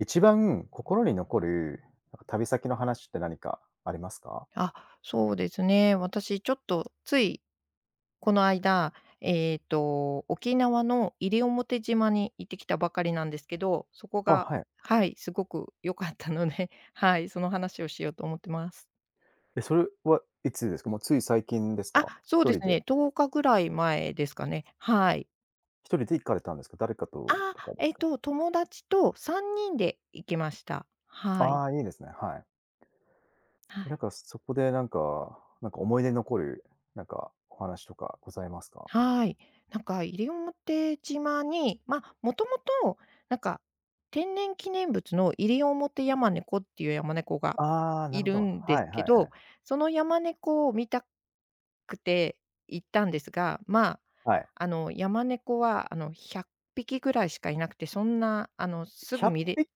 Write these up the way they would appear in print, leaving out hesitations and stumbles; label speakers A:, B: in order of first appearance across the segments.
A: 一番心に残る、なんか旅先の話って何かありますか？
B: あ、そうですね。私ちょっとついこの間、沖縄の西表島に行ってきたばかりなんですけど、そこ
A: あ、
B: が、
A: はい。
B: はい、すごく良かったので、はい、その話をしようと思ってます。
A: え、それはいつですか？もうつい最近です
B: あ、
A: か？
B: そう
A: 一
B: で
A: 人
B: す
A: で
B: ね、10日ぐらい前ですかね。はい。
A: 一人で行かれたんですか？誰かととかですか？
B: 友達と3人で行きました。はい。
A: ああー、いいですね、はい。
B: は
A: で、なん
B: い。
A: かそこでなんか思い出に残る、なんかお話とかございますか？
B: はい。なんか西表島に、まあ、もともと、なんか、天然記念物のイリオモテヤマネコっていうヤマネコが
A: ああー、なる
B: い
A: ほど。
B: る
A: は
B: んです
A: いはいは
B: け
A: い。
B: ど、そのヤマネコを見たくて行ったんですが、まあ、
A: はい。
B: あの、ヤマネコは、あの、100匹ぐらいしかいなくて、そんな、あの、すぐ
A: 100
B: 見れ、
A: 匹？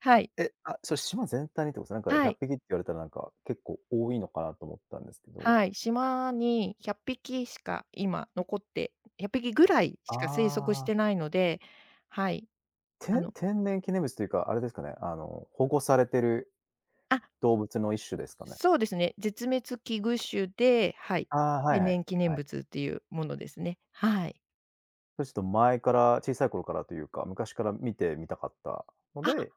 B: はい、
A: え、あ、それ島全体にってことですか？なんか
B: は
A: 100
B: い、
A: 匹っぴきって言われたらなんか結構多いのかなと思ったんですけど。
B: はい、島に1匹ぐらいしか生息し
A: あ
B: てないので、はい、あの
A: 天然記念物というか、あれですかね、あの、保護されてる
B: あ、
A: 動物の一種ですかね？
B: そうですね。絶滅危惧種で、はい。
A: ああ、はい
B: 天
A: はい。
B: 然記念
A: はい。
B: 物っていうものですね。はい。
A: それちょっと前から、小さい頃からというか、昔から見てみたかったの
B: あ、
A: で、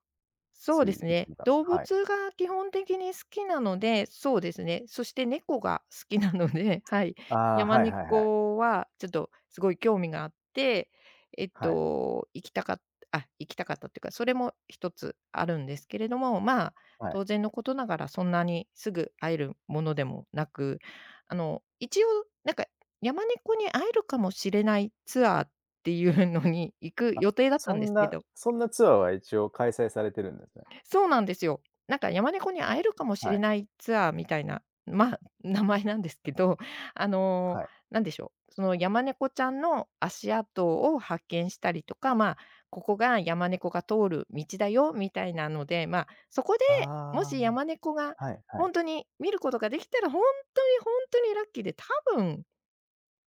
B: そう
A: つい
B: で
A: 行
B: す
A: って
B: ね。
A: みた。
B: 動
A: はい。
B: 物が基本的に好きなので、そうですね。そして猫が好きなので、はい。
A: ああ、
B: 山
A: はいはいはい。
B: 猫はちょっとすごい興味があって、えっ
A: はい、
B: と、行きたかっ行きたかったっていうか、それも一つあるんですけれども、まあ、
A: はい。
B: 当然のことながらそんなにすぐ会えるものでもなく、あの、一応、なんか山猫に会えるかもしれないツアーっていうのに行く
A: あ、
B: 予定だった
A: そ
B: んで
A: ん
B: すけ
A: な
B: ど、
A: そんなツアーは一応開催されてるんですね。
B: そうなんですよ。なんか山猫に会えるかもし
A: は
B: れ
A: い、
B: ないツアーみたいな、まあ、名前なんですけど、あの、
A: はい。
B: なんでしょう、その山猫ちゃんの足跡を発見したりとか、まあ、ここが山猫が通る道だよみたいなので、まあ、そこでも
A: あ
B: し山猫が
A: あ、はいはい。
B: 本当に見ることができたら、本当に本当にラッキーで、多分、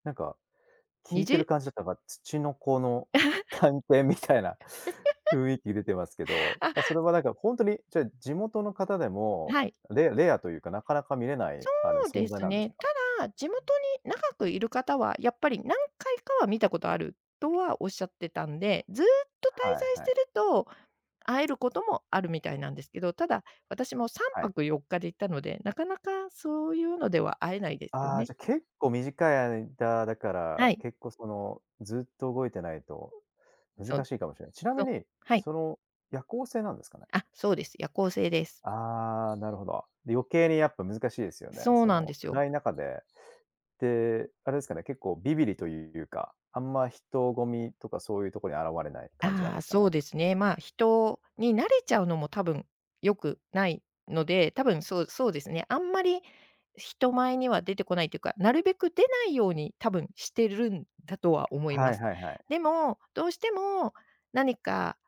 A: なんか 聞
B: に
A: い
B: じ
A: て
B: ゅう、
A: る感じだったのが、ツチノコの 探検みたいな 雰囲気出てますけど、
B: あ、
A: それはなんかほんとに、じゃあ、地元の方でも、
B: はい。
A: レアというか、なかなか見れない、
B: そ
A: あの、
B: う
A: 存
B: で
A: 在
B: す
A: なんです
B: ね。
A: か？
B: ただ、地元に長くいる方は、やっぱり何回かは見たことあるとはおっしゃってたんで、ずーっと滞
A: は
B: 在
A: い
B: し
A: は
B: て
A: い。
B: ると、会えることもあるみたいなんですけど、ただ、私も3
A: はい。
B: 泊4日で行ったので、なかなかそういうのでは会えないですよ
A: ああ、
B: ね。
A: じゃ、結構短い間だか
B: は
A: ら、
B: い、
A: 結構その、ずっと動いてないと
B: そう
A: 難
B: で
A: し
B: す、
A: いかもしれない。ちな
B: そ
A: み
B: う、
A: に、
B: はい。
A: その、夜行性なんですかね？
B: あ、そうです。夜行性です。
A: ああ、なるほど。で、余計にやっぱ難しいですよね。
B: そう
A: そ
B: なん
A: の、
B: ですよ。
A: 暗い中で。で、あれですかね、結構ビビリというか、あんま人混みとかそういうとこに現れない感じなん
B: あ
A: で
B: あ、
A: すかね？
B: そうですね。まあ、人に慣れちゃうのも多分良くないので、多分、そうですね。あんまり人前には出てこないというか、なるべく出ないように多分してるんだとは思い
A: は
B: ま
A: い
B: す。
A: はいはい。
B: でも、どうしても何か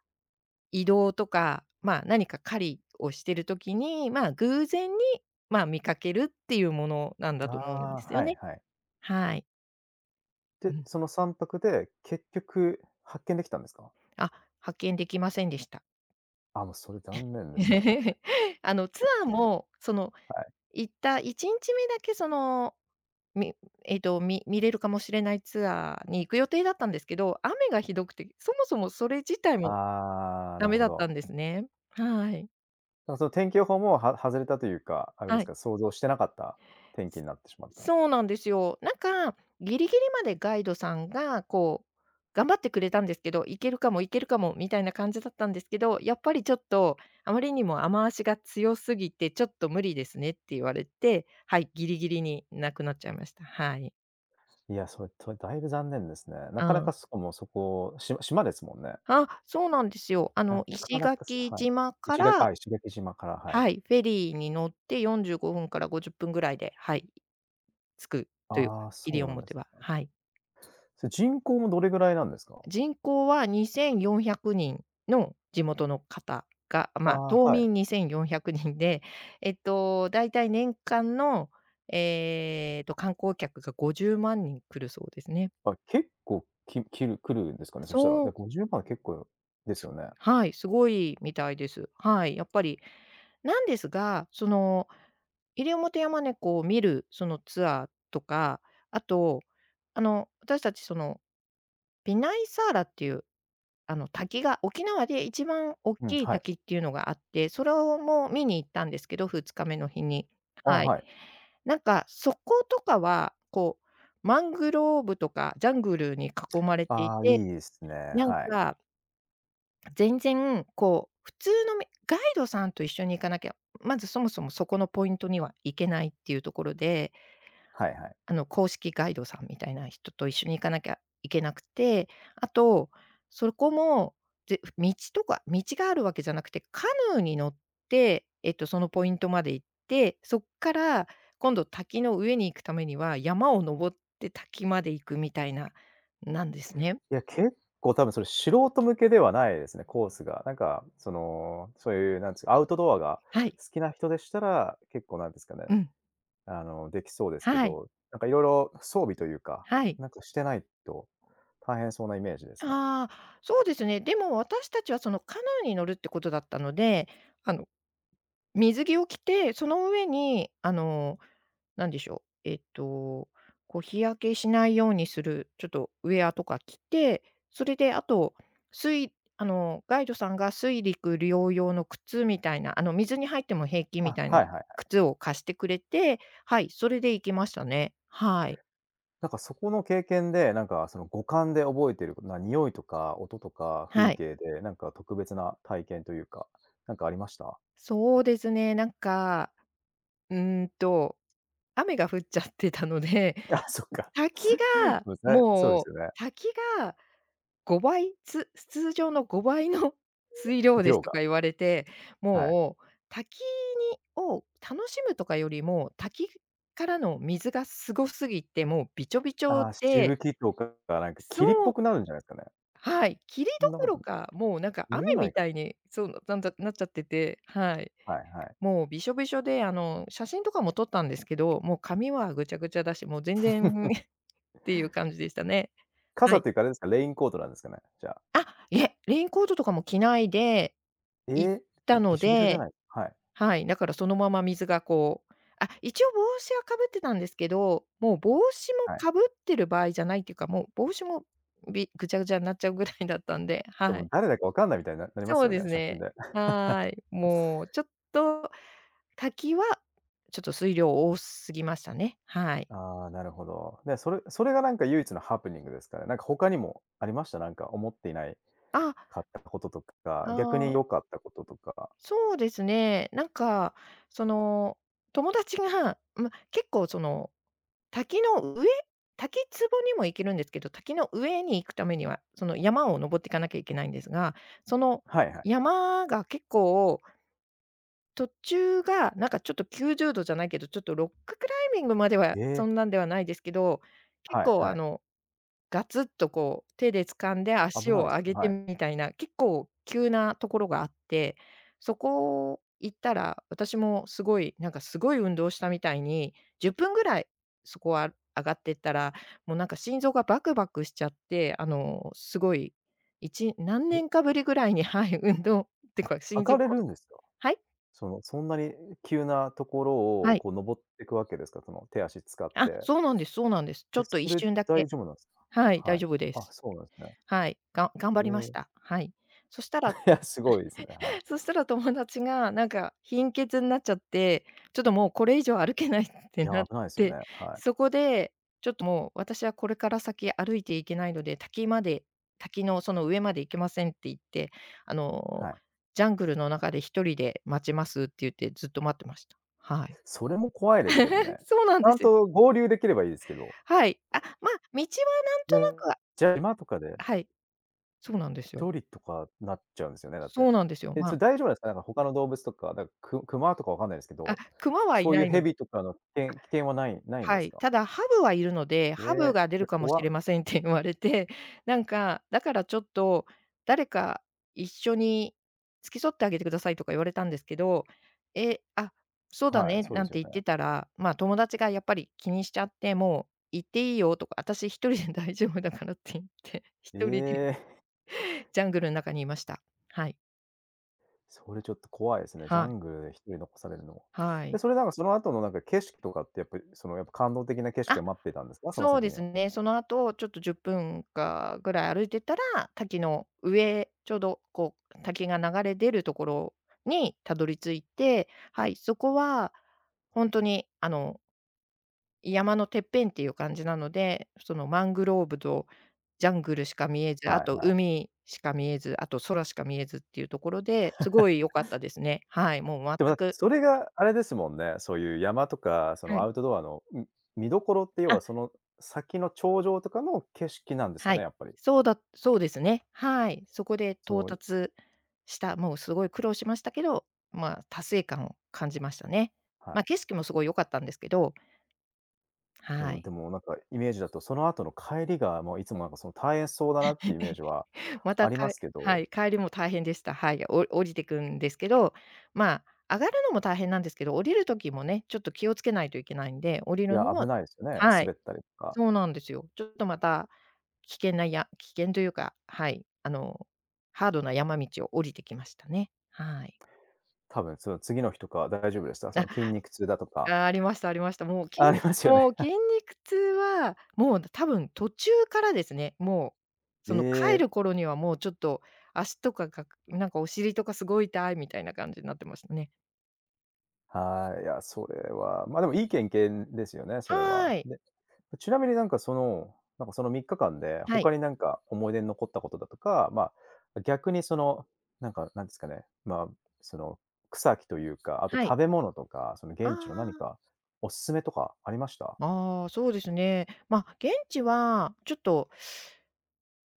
B: 移動とか、まあ、何か狩りをしてる時に、まあ、偶然に、まあ、見かけるっていうものなんだ
A: あ
B: と思うんです
A: あ、
B: よ
A: はい
B: ね。
A: はい。
B: はい。う
A: で、
B: ん。
A: その3泊で結局発見できたんですか？
B: あ、発見できませんでした。
A: あ、もうそれ残念ですね。
B: あの、ツアーも、その、
A: はい。
B: 行った1日目だけ、その、みえっと、み見れるかもしれないツアーに行く予定だったんですけど、雨がひどくて、そもそもそれ自体も
A: ああ、
B: ダ
A: なる
B: メ
A: ほ
B: だった
A: ど。
B: んですね。はい。
A: だからその天気予報もは外れたというか、あれで
B: は
A: す
B: い。
A: か、想像してなかった天気になってしまった。
B: そうなんですよ。なんか、ギリギリまでガイドさんが、こう、頑張ってくれたんですけど、行けるかも、行けるかもみたいな感じだったんですけど、やっぱりちょっと、あまりにも雨足が強すぎて、ちょっと無理ですねって言われて、はい、ギリギリになくなっちゃいました。はい。
A: いや、それ、とだいぶ残念ですね。な
B: う
A: かなか
B: ん。
A: そこもそこ、島ですもんね。
B: あ、そうなんですよ。あ
A: な
B: の、
A: か
B: 石
A: なかす
B: 垣
A: はい。
B: 島か
A: 石垣
B: ら、
A: あ、石垣島から、はい。
B: はい、フェリーに乗って45分から50分ぐらいで、はい、着くというか、
A: ああ、
B: 西
A: そうなんで
B: 表
A: す
B: は、
A: ね。
B: はい。
A: それ人口もどれぐらいなんですか？
B: 人口は2400人の地元の方が、まあ、
A: あ
B: 島
A: あ、はい。
B: 民2400人で、えっと、だいたい年間の、えっと、観光客が50万人来るそうですね。
A: あ、結構ききる来るんですかね、そしたら。
B: そ
A: で、
B: う、
A: 50万結構ですよね。
B: はい、すごいみたいです。はい、やっぱり。なんですが、その、イリオモを見る、そのツアーとか、あと、あの、私たちその、ピナイサーラっていう、あの、滝が沖縄で一番大
A: うん、
B: きい
A: はい。
B: 滝っていうのがあって、それをもう見に行ったんですけど、2日目の日に。
A: あ、
B: はい。
A: はい。
B: なんか、そことかは、こう、マングローブとかジャングルに囲まれてい
A: ああ、い
B: て、
A: いですね。
B: なん
A: はい。
B: か全然こう、普通のめガイドさんと一緒に行かなきゃ、まずそもそもそこのポイントには行けないっていうところで、
A: はいはい。
B: あの、公式ガイドさんみたいな人と一緒に行かなきゃいけなくて、あと、そこも、道とか道があるわけじゃなくて、カヌーに乗って、えっと、そのポイントまで行って、そっから今度滝の上に行くためには、山を登って滝まで行くみたいな、なんですね。
A: いや、結構多分それ素人向けではないですね、コースが。なんか、その、そういうなんつうか、アウトドアが
B: はい。
A: 好きな人でしたら、結構なんですかね、
B: うん。
A: あの、できそうですけ
B: はい。
A: ど、なんかいろいろ装備というか、
B: はい。
A: なんかしてないと大変そうなイメージですね。
B: ああ、そうですね。でも私たちはそのカヌーに乗るってことだったので、あの、水着を着て、その上に、あの、なんでしょう、えっと、こう日焼けしないようにする、ちょっとウェアとか着て、それであと、水あの、ガイドさんが水陸両用の靴みたいな、あの、水に入っても平気み
A: あ、
B: たいな
A: はいはい。
B: 靴を貸してくれて、はい、それで行きましたね。はい。
A: なんかそこの経験で、なんかその五感で覚えてること、匂いとか音とか
B: は
A: 風
B: い。
A: 景で、なんか特別な体験というか、なんかありました？
B: そうですね、なんか、うーんと雨が降っちゃってたので、
A: あ、そっか。
B: 滝が
A: むさえそうです
B: も
A: よ
B: う、
A: ね。
B: 滝が5倍、通常の5倍の 水量です
A: 量
B: とか
A: が、
B: 言われて、
A: はい。
B: もう滝にを楽しむとかよりも、滝からの水がすごすぎて、もうびちょびちょ
A: ああ、し
B: で、
A: ぶきとかがなんか
B: そ
A: 霧っぽ
B: う、
A: くなるんじゃないすかね。
B: はい、霧
A: そ
B: ど
A: んな
B: こ
A: こ
B: ろ
A: と
B: か、もうなんか
A: 見え
B: 雨
A: な
B: み
A: い。
B: たいに、そう、なんだなっちゃってて、はい。
A: はいはい。
B: もうびしょびしょで、あの、写真とかも撮ったんですけど、もう髪はぐちゃぐちゃだし、もう全然っていう感じでしたね。は
A: 傘っ
B: い。
A: ていうかあれですか、レインコートなんですかね？じゃあ。
B: あ、いえ、レインコートとかも着ないで
A: え
B: 行っ
A: え、
B: た
A: び
B: の
A: しょびしょじゃ
B: で、
A: ない。はい、
B: はい、だからそのまま水がこう、あ、一応帽子はかぶってたんですけど、もう帽子も
A: はい。
B: かぶってる場合じゃないっていうか、もう帽子も、ぐちゃぐちゃになっちゃうぐらいだったんで、
A: で
B: は
A: も
B: い。
A: 誰だかわかんないみたいになりま
B: そ
A: す
B: う
A: よ
B: で
A: ね、
B: す
A: 写真
B: ね。
A: で。
B: はい。もうちょっと、滝はちょっと水量多すぎましたね。はい。
A: ああ、なるほど。で、それそれがなんか唯一のハプニングですかね。なんか他にもありました？なんか思っていない
B: あ、
A: かったこととか、逆に
B: あ。
A: 良かったこととか。
B: そうですね。なんか、その、友達が、ま、結構その、滝の上滝壺にも行けるんですけど、滝の上に行くためには、その山を登っていかなきゃいけないんですが、その
A: はいはい。
B: 山が結構、途中がなんかちょっと90度、じゃないけど、ちょっとロッククライミングまでは、
A: ええ、
B: そんなんではないですけど、結
A: はい
B: 構
A: は
B: あ
A: い。
B: の、ガツッとこう、手で掴んで
A: 危
B: 足を
A: ないです
B: 上
A: ね、
B: げ
A: は
B: て
A: い。
B: みたいな、結構急なところがあって、そこ行ったら、私もすごい、なんかすごい運動したみたいに、10分ぐらいそこは上がってったら、もうなんか心臓がバクバクしちゃって、あの、すごい、何
A: え、
B: 年かぶりぐらいに、はい、運動ってか、
A: 上
B: 心臓
A: がれ
B: こ、
A: るんですか？
B: はい？
A: その、そんなに急なところ
B: は
A: を
B: い。
A: こう登っていくわけですか？その手足使っ
B: あ、
A: て。
B: そうなんです、そうなんです。ちょ
A: え、
B: っと
A: そ
B: 一
A: れ
B: 瞬だ
A: 大
B: け、
A: 丈夫なんです
B: はい、
A: か？
B: 大
A: はい。
B: 丈夫で
A: あ、
B: す。
A: そうなんですね。
B: はい、頑張
A: え
B: りまし
A: え、
B: た。はい。そしたら
A: いや、すごいですね、は
B: そ
A: い。
B: したら友達がなんか貧血になっちゃって、ちょっともうこれ以上歩けないっ
A: い
B: て
A: や、
B: なっ
A: 危ないですよ
B: て、
A: ね。はい。
B: そこでちょっともう私はこれから先歩いていけないので、滝まで滝のその上まで行けませんって言って、あの、
A: はい。
B: ジャングルの中で一人で待ちますって言ってずっと待ってました。はい。
A: それも怖いですけどね。
B: そうなん
A: ち
B: で
A: ゃん
B: すよ。
A: と合流できればいいですけど。
B: はい。あ、まあ、道はなん
A: いや、
B: となくは、
A: じゃあ、今とかで
B: はい、そうなんですよ。
A: 一人とかなっちゃうんですよね、だって。
B: そうなんですよ。
A: え、
B: ま
A: それ
B: あ、
A: 大丈夫なんですか？なんか他の動物とか、なんか熊とかわかんないですけ
B: あ、
A: ど、
B: 熊はい
A: そうい
B: な
A: う
B: いの
A: 蛇
B: で。
A: とかの危険はないんで
B: は
A: す
B: い、
A: か？
B: ただハブはいるので、
A: ええ、
B: ハブが出
A: い
B: る
A: や、
B: かもしれませんって言われて、なんか、だからちょっと、誰か一緒に付き添ってあげてくださいとか言われたんですけど、え、あ、そうだ
A: はい、
B: ね
A: そう
B: な
A: で
B: ん
A: すよ
B: て言
A: ね。
B: ってたら、まあ、友達がやっぱり気にしちゃって、もう行っていいよとか、私一人で大丈夫だからって言って、一
A: え
B: 人で
A: え、
B: ジャングルの中にいました。はい。
A: それちょっと怖いですね。ジャ
B: はい。
A: ングルで一人残されるのも。
B: は
A: で、
B: い。
A: それなんかその後のなんか景色とかってやっぱり、そのやっぱ感動的な景色
B: あ、
A: が待ってたんですか？その
B: そう
A: 先
B: で
A: に
B: す
A: は。
B: ね。その後、ちょっと10分かぐらい歩いてたら、滝の上、ちょうどこう滝が流れ出るところにたどり着いて、はい、そこは本当に山のてっぺんっていう感じなので、そのマングローブとジャングルしか見えず、あ
A: はい
B: と
A: はい。
B: 海しか見えず、あと空しか見えずっていうところで、すごい良かったですね。はい、もう
A: でも、だっ
B: 全
A: て
B: く、
A: それがあれですもんね、そういう山とか、そ
B: は
A: のア
B: い。
A: ウトドアの、見どころって要
B: あ、
A: はその先の頂上とかの景色なんですか
B: は
A: ね、
B: い、
A: やっぱり。
B: そうだそうですね。はい。そこで
A: そ
B: 到
A: の、
B: 達した、もうすごい苦労しましたけど、まあ、達成感を感じましたね。
A: はい。
B: ま、あ景色もすごい良かったんですけど、は
A: もうで
B: い。
A: もなんかイメージだと、その後の帰りがもういつもなんかその大変そうだなっていうイメー ジは
B: ま
A: あ
B: た、
A: りま
B: か、
A: すけ
B: は
A: ど、
B: い、帰りも大変でした。はい、お降りてくんですけど、まあ、上がるのも大変なんですけど、降りる時もね、ちょっと気をつけないといけないんで、降り
A: い
B: る
A: や、
B: のも、
A: 危ないですよね、
B: は
A: 滑
B: い。
A: ったりとか。
B: そうなんですよ。ちょっとまた、危険というか、はい、ハードな山道を降りてきましたね。はい。
A: 多分その次の日とか大丈夫でした？その
B: あ、
A: 筋肉痛だとか。
B: あ、ありましたありました。もう、
A: ありますよ
B: も
A: ね。
B: う筋肉痛は、もう多分途中からですね。もう、
A: え
B: その帰
A: え、
B: る頃にはもうちょっと、足とかが、なんかお尻とかすごい痛いみたいな感じになってましたね。
A: はい。いや、それは、ま、あでもいい経験ですよね、それは。
B: はい。
A: で、ちなみになんかその、なんかその3日間で、
B: はい。
A: 他になんか思い出に残ったことだとか、まあ、逆にその、なんかなんですかね、まあ、その草木というか、あと
B: は
A: 食
B: い。
A: べ物とか、その
B: あ
A: 現地の何
B: あ。
A: かおすすめとかありました？
B: ああ、そうですね。ま、あ現地はちょっと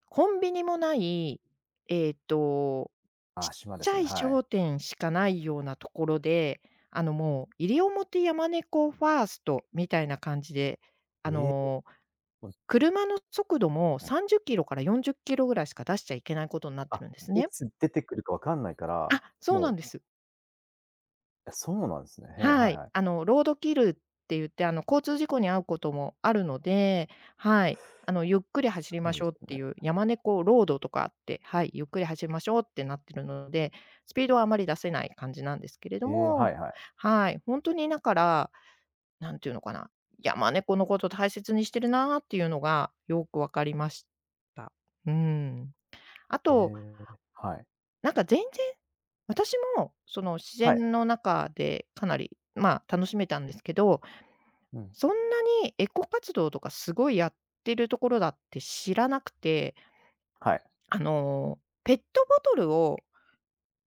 B: コンビニもない、えっと、
A: あ
B: ちっ
A: あ、島で
B: ち
A: す
B: ゃ
A: ね、
B: い
A: はい。
B: 商店しかないようなところで、もう、西表山猫ファーストみたいな感じで、あ
A: ええ、
B: の、
A: もう、
B: 車の速度も30キロから40キロぐらいしか出しちゃいけないことになって
A: あ、
B: るんです
A: い
B: ね。
A: つ出てくるかわかんないから、
B: あ、そう
A: も
B: なん
A: う。
B: です。
A: あ、そうなんですね。へえ、
B: は
A: はい
B: い、
A: はい。
B: あの、ロードキルって言って、あの、交通事故に遭うこともあるので、はい、あの、ゆっくり走り
A: そ
B: ま
A: う
B: し
A: で
B: ょ
A: す
B: うっ
A: よ
B: て
A: ね。
B: いう、山猫ロードとかあって、はい、ゆっくり走りましょうってなってるので、スピードはあまり出せない感じなんですけれど
A: ええ、は
B: も、
A: いはい。
B: はい、本当にだから、なんていうのかな、山猫のこと大切にしてるなっていうのがよく分かりました。うん。あ
A: え
B: と、
A: え、はい。
B: なんか全然、私もその自
A: はい。
B: 然の中でかなり、まあ、楽しめたんですけど、
A: うん、
B: そんなにエコ活動とかすごいやってるところだって知らなくて、
A: はい。
B: あの、ペットボトルを、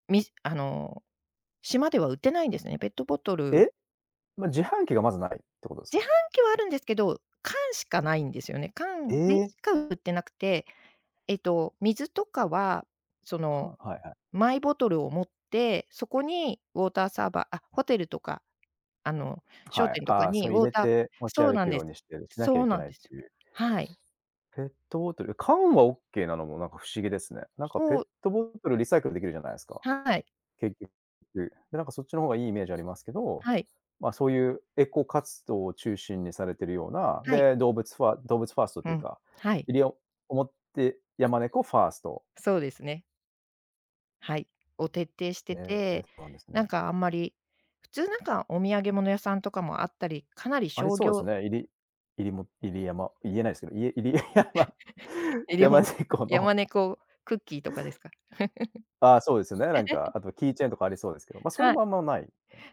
B: あの、島では売ってないんですね。ペットボトル
A: え？ま、自販機がまずないってことです
B: 自
A: か？
B: 販機はあるんですけど、缶しかないんですよね。
A: え
B: 缶で
A: え、
B: しか売ってなくて、えっと、水とかは、その、
A: はいはい。
B: マイボトルを持って、そこにウォーターサーバー、あ、ホテルとか、あの、商
A: はい。
B: 店とか
A: ああ、そ
B: にウ
A: れ入
B: ォー
A: れ
B: タ
A: て
B: ー、
A: 持ち
B: そう
A: 歩
B: な
A: く
B: んで
A: よう
B: す。
A: にしてしなきゃ
B: そう
A: いけ
B: な
A: な
B: ん
A: いっ
B: ですよ。
A: ていう。
B: はい。
A: ペットボトル、缶はオッケーなのもなんか不思議ですね。なんかペッ
B: そう、
A: トボトルリサイクルできるじゃないですか、
B: はい。
A: 結局。で、なんかそっちの方がいいイメージありますけど、
B: はい、
A: まあ、そういうエコ活動を中心にされてるような、
B: はい、
A: で、動物ファースト
B: う
A: という
B: ん、
A: か、
B: はい、
A: 西表山猫ファースト。
B: そうですね。はい、を徹底して
A: ええ、
B: て、
A: そうなんですね。
B: なんかあんまり、普通なんかお土産物屋さんとかもあったり、かなり
A: あり
B: 商
A: そうです
B: 業、
A: ね。いりもいりやま言えないですけど、いえいりやま
B: え、り
A: やまね
B: ょ
A: こ の。
B: 山猫クッキーとかですか？
A: ああ、そうですよね。なんか、あとキーチェーンとかありそうですけど、ま、それ
B: は
A: も
B: い。
A: あんまない。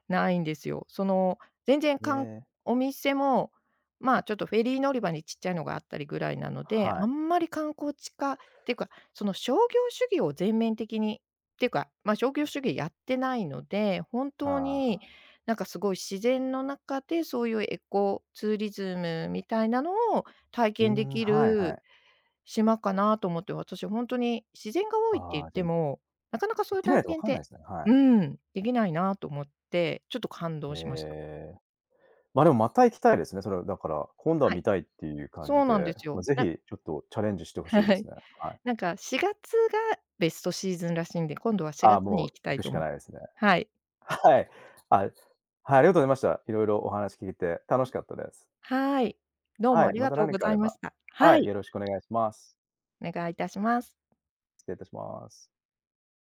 B: ないんですよ。その、全然
A: え
B: かん
A: え。
B: お店も、まあ、ちょっとフェリー乗り場にちっちゃいのがあったりぐらいなので、
A: は
B: あ
A: い。
B: んまり観光地化っていうか、その商業主義を全面的にっていうか、ま、商業主義やってないので、本
A: あ
B: 当に
A: あ。
B: なんかすごい自然の中でそういうエコツーリズムみたいなのを体
A: うー
B: 験で
A: ん、
B: き
A: はいは
B: る
A: い。
B: 島かなと思って、私本当に自然が多いって言っ
A: ああ、じゃ、
B: ても、なかなか
A: 行
B: そ
A: っ
B: ういう
A: てみな
B: 体
A: いとわ
B: 験っ
A: かんない
B: て、
A: ですね。は
B: う
A: い。
B: ん、できないなと思って、ちょっと感動しました。
A: ええ。ま、でもまた行きたいですね。それはだから、今度は
B: はい。
A: 見たいっていう感じ
B: そうなんで
A: で、
B: す
A: ま、
B: よ。
A: ぜひちょっとチャレンジして 欲しいで
B: はい。
A: すね。はい。
B: なんか4月がベストシーズンらしいんで、今度は
A: あ
B: 4
A: あ、
B: 月に
A: もう
B: 行きた
A: 行
B: い
A: くし
B: と
A: か
B: 思い、
A: ないですね。
B: はい。
A: はい。あ、はい、ありがとうございました。色々お話聞いて楽しかったです。
B: はい。どう
A: は
B: もあ
A: い、
B: り
A: ま
B: が
A: た
B: とう
A: 何
B: ご
A: かあ
B: ざ
A: れ
B: いま
A: ば、
B: した。は
A: はい、
B: い、
A: よろしくお願いします。
B: お願いいたします。
A: 失礼いたします。